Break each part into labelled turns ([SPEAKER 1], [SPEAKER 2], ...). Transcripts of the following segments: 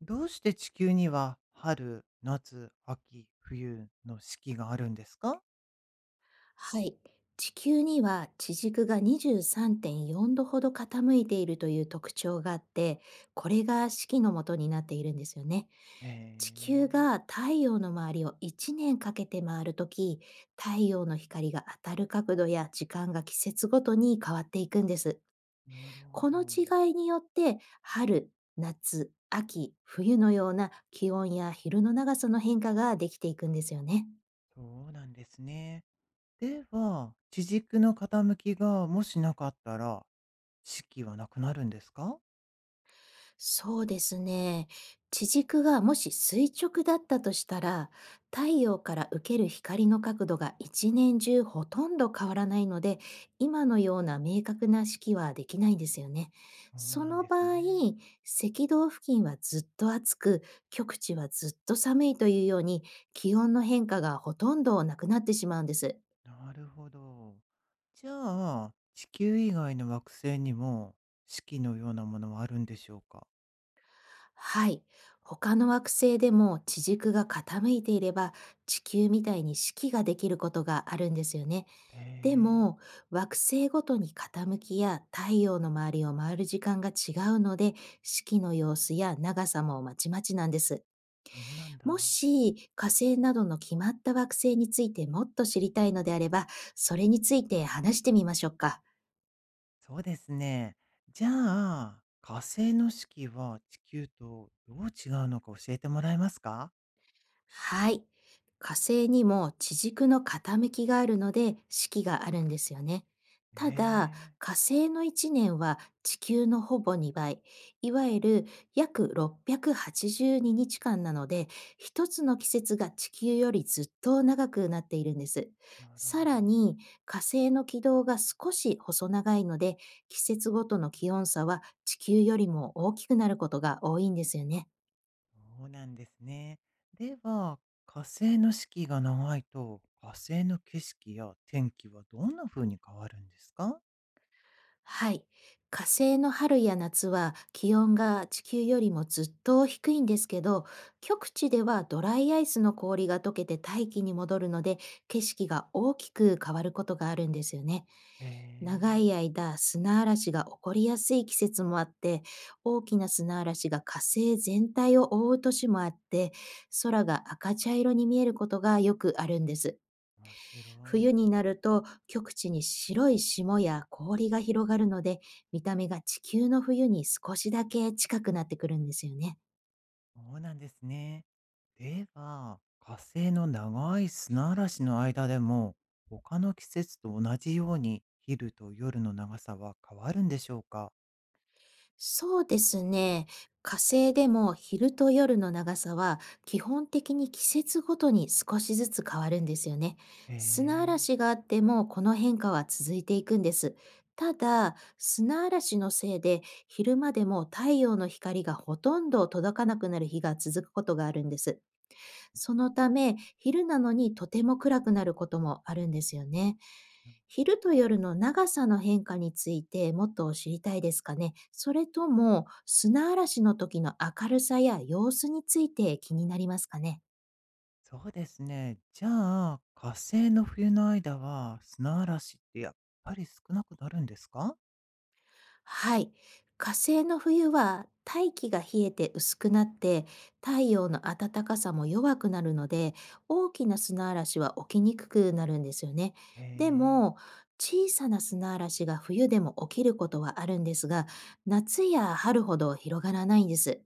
[SPEAKER 1] どうして地球には春、夏、秋、冬の四季があるんですか？
[SPEAKER 2] はい。地球には地軸が23.4度ほど傾いているという特徴があって、これが式の元になっているんですよね。
[SPEAKER 1] へ
[SPEAKER 2] 地球
[SPEAKER 1] え。
[SPEAKER 2] が太陽の周りを1年かけて回るとき、太陽の光が当たる角度や時間が季節ごとに変わっていくんです。
[SPEAKER 1] なるほ
[SPEAKER 2] こ
[SPEAKER 1] ど。
[SPEAKER 2] の違いによって、春、夏、秋、冬のような気温や昼の長さの変化ができていくんですよね。
[SPEAKER 1] そうなんですね。では、地軸の傾きがもしなかったら、四季はなくなるんですか？
[SPEAKER 2] そうですね。地軸がもし垂直だったとしたら、太陽から受ける光の角度が一年中ほとんど変わらないので、今のような明確な式はできないんですよね。
[SPEAKER 1] そう
[SPEAKER 2] そ
[SPEAKER 1] なん
[SPEAKER 2] の
[SPEAKER 1] で
[SPEAKER 2] 場
[SPEAKER 1] す
[SPEAKER 2] 合、
[SPEAKER 1] ね。
[SPEAKER 2] 赤道付近はずっと暑く、極地はずっと寒いというように、気温の変化がほとんどなくなってしまうんです。
[SPEAKER 1] なるほど。じゃあ、地球以外の惑星にも四季のようなものはあるんでしょうか？
[SPEAKER 2] はい。他の惑星でも地軸が傾いていれば、地球みたいに式ができることがあるんですよね。
[SPEAKER 1] へ
[SPEAKER 2] で
[SPEAKER 1] え。
[SPEAKER 2] も、惑星ごとに傾きや太陽の周りを回る時間が違うので、式の様子や長さもまちまちなんです。
[SPEAKER 1] そうなん
[SPEAKER 2] も
[SPEAKER 1] だ。
[SPEAKER 2] し火星などの決まった惑星についてもっと知りたいのであれば、それについて話してみましょうか。
[SPEAKER 1] そうですね。じゃあ、火星の四季は地球とどう違うのか教えてもらえますか？
[SPEAKER 2] はい。火星にも地軸の傾きがあるので、四季があるんですよね。た
[SPEAKER 1] へ
[SPEAKER 2] だ、
[SPEAKER 1] え。
[SPEAKER 2] 火星の1年は地球のほぼ2倍、いわゆる約682日間なので、一つの季節が地球よりずっと長くなっているんです。
[SPEAKER 1] なる
[SPEAKER 2] さ
[SPEAKER 1] ほど。
[SPEAKER 2] らに、火星の軌道が少し細長いので、季節ごとの気温差は地球よりも大きくなることが多いんですよね。
[SPEAKER 1] そうなんですね。では、火星の四季が長いと、火星の景色や天気はどんな風に変わるんですか？
[SPEAKER 2] はい。火星の春や夏は気温が地球よりもずっと低いんですけど、極地ではドライアイスの氷が溶けて大気に戻るので、景色が大きく変わることがあるんですよね。
[SPEAKER 1] へ
[SPEAKER 2] 長
[SPEAKER 1] え。
[SPEAKER 2] い間砂嵐が起こりやすい季節もあって、大きな砂嵐が火星全体を覆う年もあって、空が赤茶色に見えることがよくあるんです。
[SPEAKER 1] 面白
[SPEAKER 2] 冬
[SPEAKER 1] い。
[SPEAKER 2] になると極地に白い霜や氷が広がるので、見た目が地球の冬に少しだけ近くなってくるんですよね。
[SPEAKER 1] そうなんですね。では、火星の長い砂嵐の間でも、他の季節と同じように昼と夜の長さは変わるんでしょうか？
[SPEAKER 2] そうですね。火星でも昼と夜の長さは、基本的に季節ごとに少しずつ変わるんですよね。
[SPEAKER 1] へ
[SPEAKER 2] 砂
[SPEAKER 1] え。
[SPEAKER 2] 嵐があってもこの変化は続いていくんです。ただ、砂嵐のせいで昼間でも太陽の光がほとんど届かなくなる日が続くことがあるんです。そのため、昼なのにとても暗くなることもあるんですよね。昼と夜の長さの変化についてもっと知りたいですかね？それとも、砂嵐の時の明るさや様子について気になりますかね？
[SPEAKER 1] そうですね。じゃあ、火星の冬の間は砂嵐ってやっぱり少なくなるんですか？
[SPEAKER 2] はい。火星の冬は大気が冷えて薄くなって、太陽の暖かさも弱くなるので、大きな砂嵐は起きにくくなるんですよね。
[SPEAKER 1] へ
[SPEAKER 2] で
[SPEAKER 1] え。
[SPEAKER 2] も、小さな砂嵐が冬でも起きることはあるんですが、夏や春ほど広がらないんです。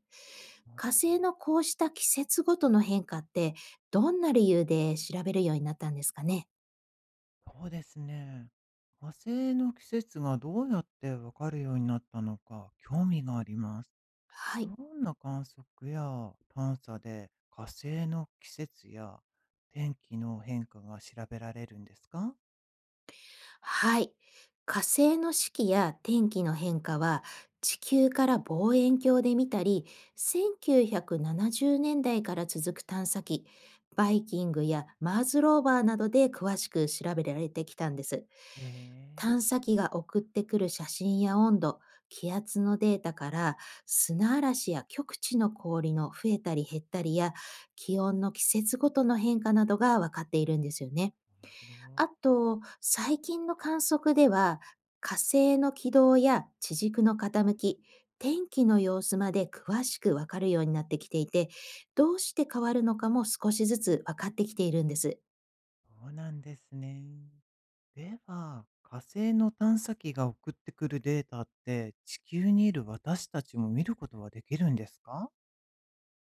[SPEAKER 1] なる
[SPEAKER 2] 火
[SPEAKER 1] ほど。
[SPEAKER 2] 星のこうした季節ごとの変化って、どんな理由で調べるようになったんですかね？
[SPEAKER 1] そうですね。火星の季節がどうやってわかるようになったのか興味があります。
[SPEAKER 2] は
[SPEAKER 1] ど
[SPEAKER 2] い。
[SPEAKER 1] んな観測や探査で火星の季節や天気の変化が調べられるんですか？
[SPEAKER 2] はい。火星の四季や天気の変化は、地球から望遠鏡で見たり、1970年代から続く探査機、バイキングやマーズローバーなどで詳しく調べられてきたんです。
[SPEAKER 1] ええ
[SPEAKER 2] 探
[SPEAKER 1] ー。
[SPEAKER 2] 査機が送ってくる写真や温度、気圧のデータから、砂嵐や極地の氷の増えたり減ったりや気温の季節ごとの変化などが分かっているんですよね。
[SPEAKER 1] 面白い。
[SPEAKER 2] あと、最近の観測では、火星の軌道や地軸の傾き、天気の様子まで詳しくわかるようになってきていて、どうして変わるのかも少しずつ分かってきているんです。
[SPEAKER 1] そうなんですね。では、火星の探査機が送ってくるデータって地球にいる私たちも見ることはできるんですか？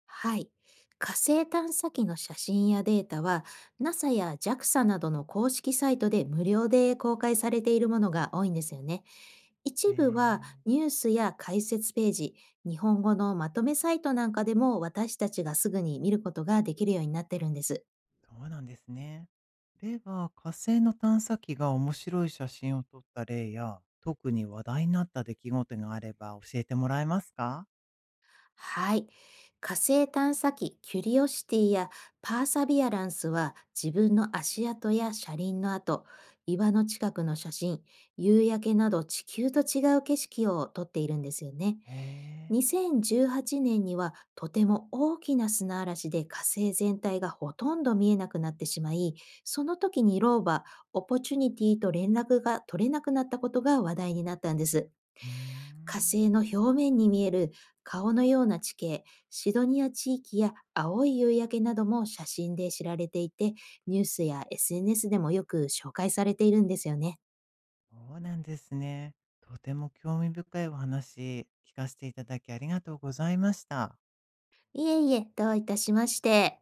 [SPEAKER 2] はい。火星探査機の写真やデータは、NASA や JAXA などの公式サイトで無料で公開されているものが多いんですよね。
[SPEAKER 1] え
[SPEAKER 2] 一部は
[SPEAKER 1] えー。
[SPEAKER 2] ニュースや解説ページ、日本語のまとめサイトなんかでも私たちがすぐに見ることができるようになってるんです。
[SPEAKER 1] そうなんですね。では、火星の探査機が面白い写真を撮った例や、特に話題になった出来事があれば教えてもらえますか？
[SPEAKER 2] はい。火星探査機キュリオシティやパーサビアランスは、自分の足跡や車輪の跡、岩の近くの写真、夕焼けなど地球と違う景色を撮っているんですよね。
[SPEAKER 1] へえ。
[SPEAKER 2] 2018年にはとても大きな砂嵐で火星全体がほとんど見えなくなってしまい、その時にローバ、オポチュニティと連絡が取れなくなったことが話題になったんです。
[SPEAKER 1] うー
[SPEAKER 2] 火
[SPEAKER 1] ん、
[SPEAKER 2] 星の表面に見える顔のような地形、シドニア地域や青い夕焼けなども写真で知られていて、ニュースや SNS でもよく紹介されているんですよね。
[SPEAKER 1] そうなんですね。とても興味深いお話、聞かせていただきありがとうございました。
[SPEAKER 2] いえいえ、どういたしまして。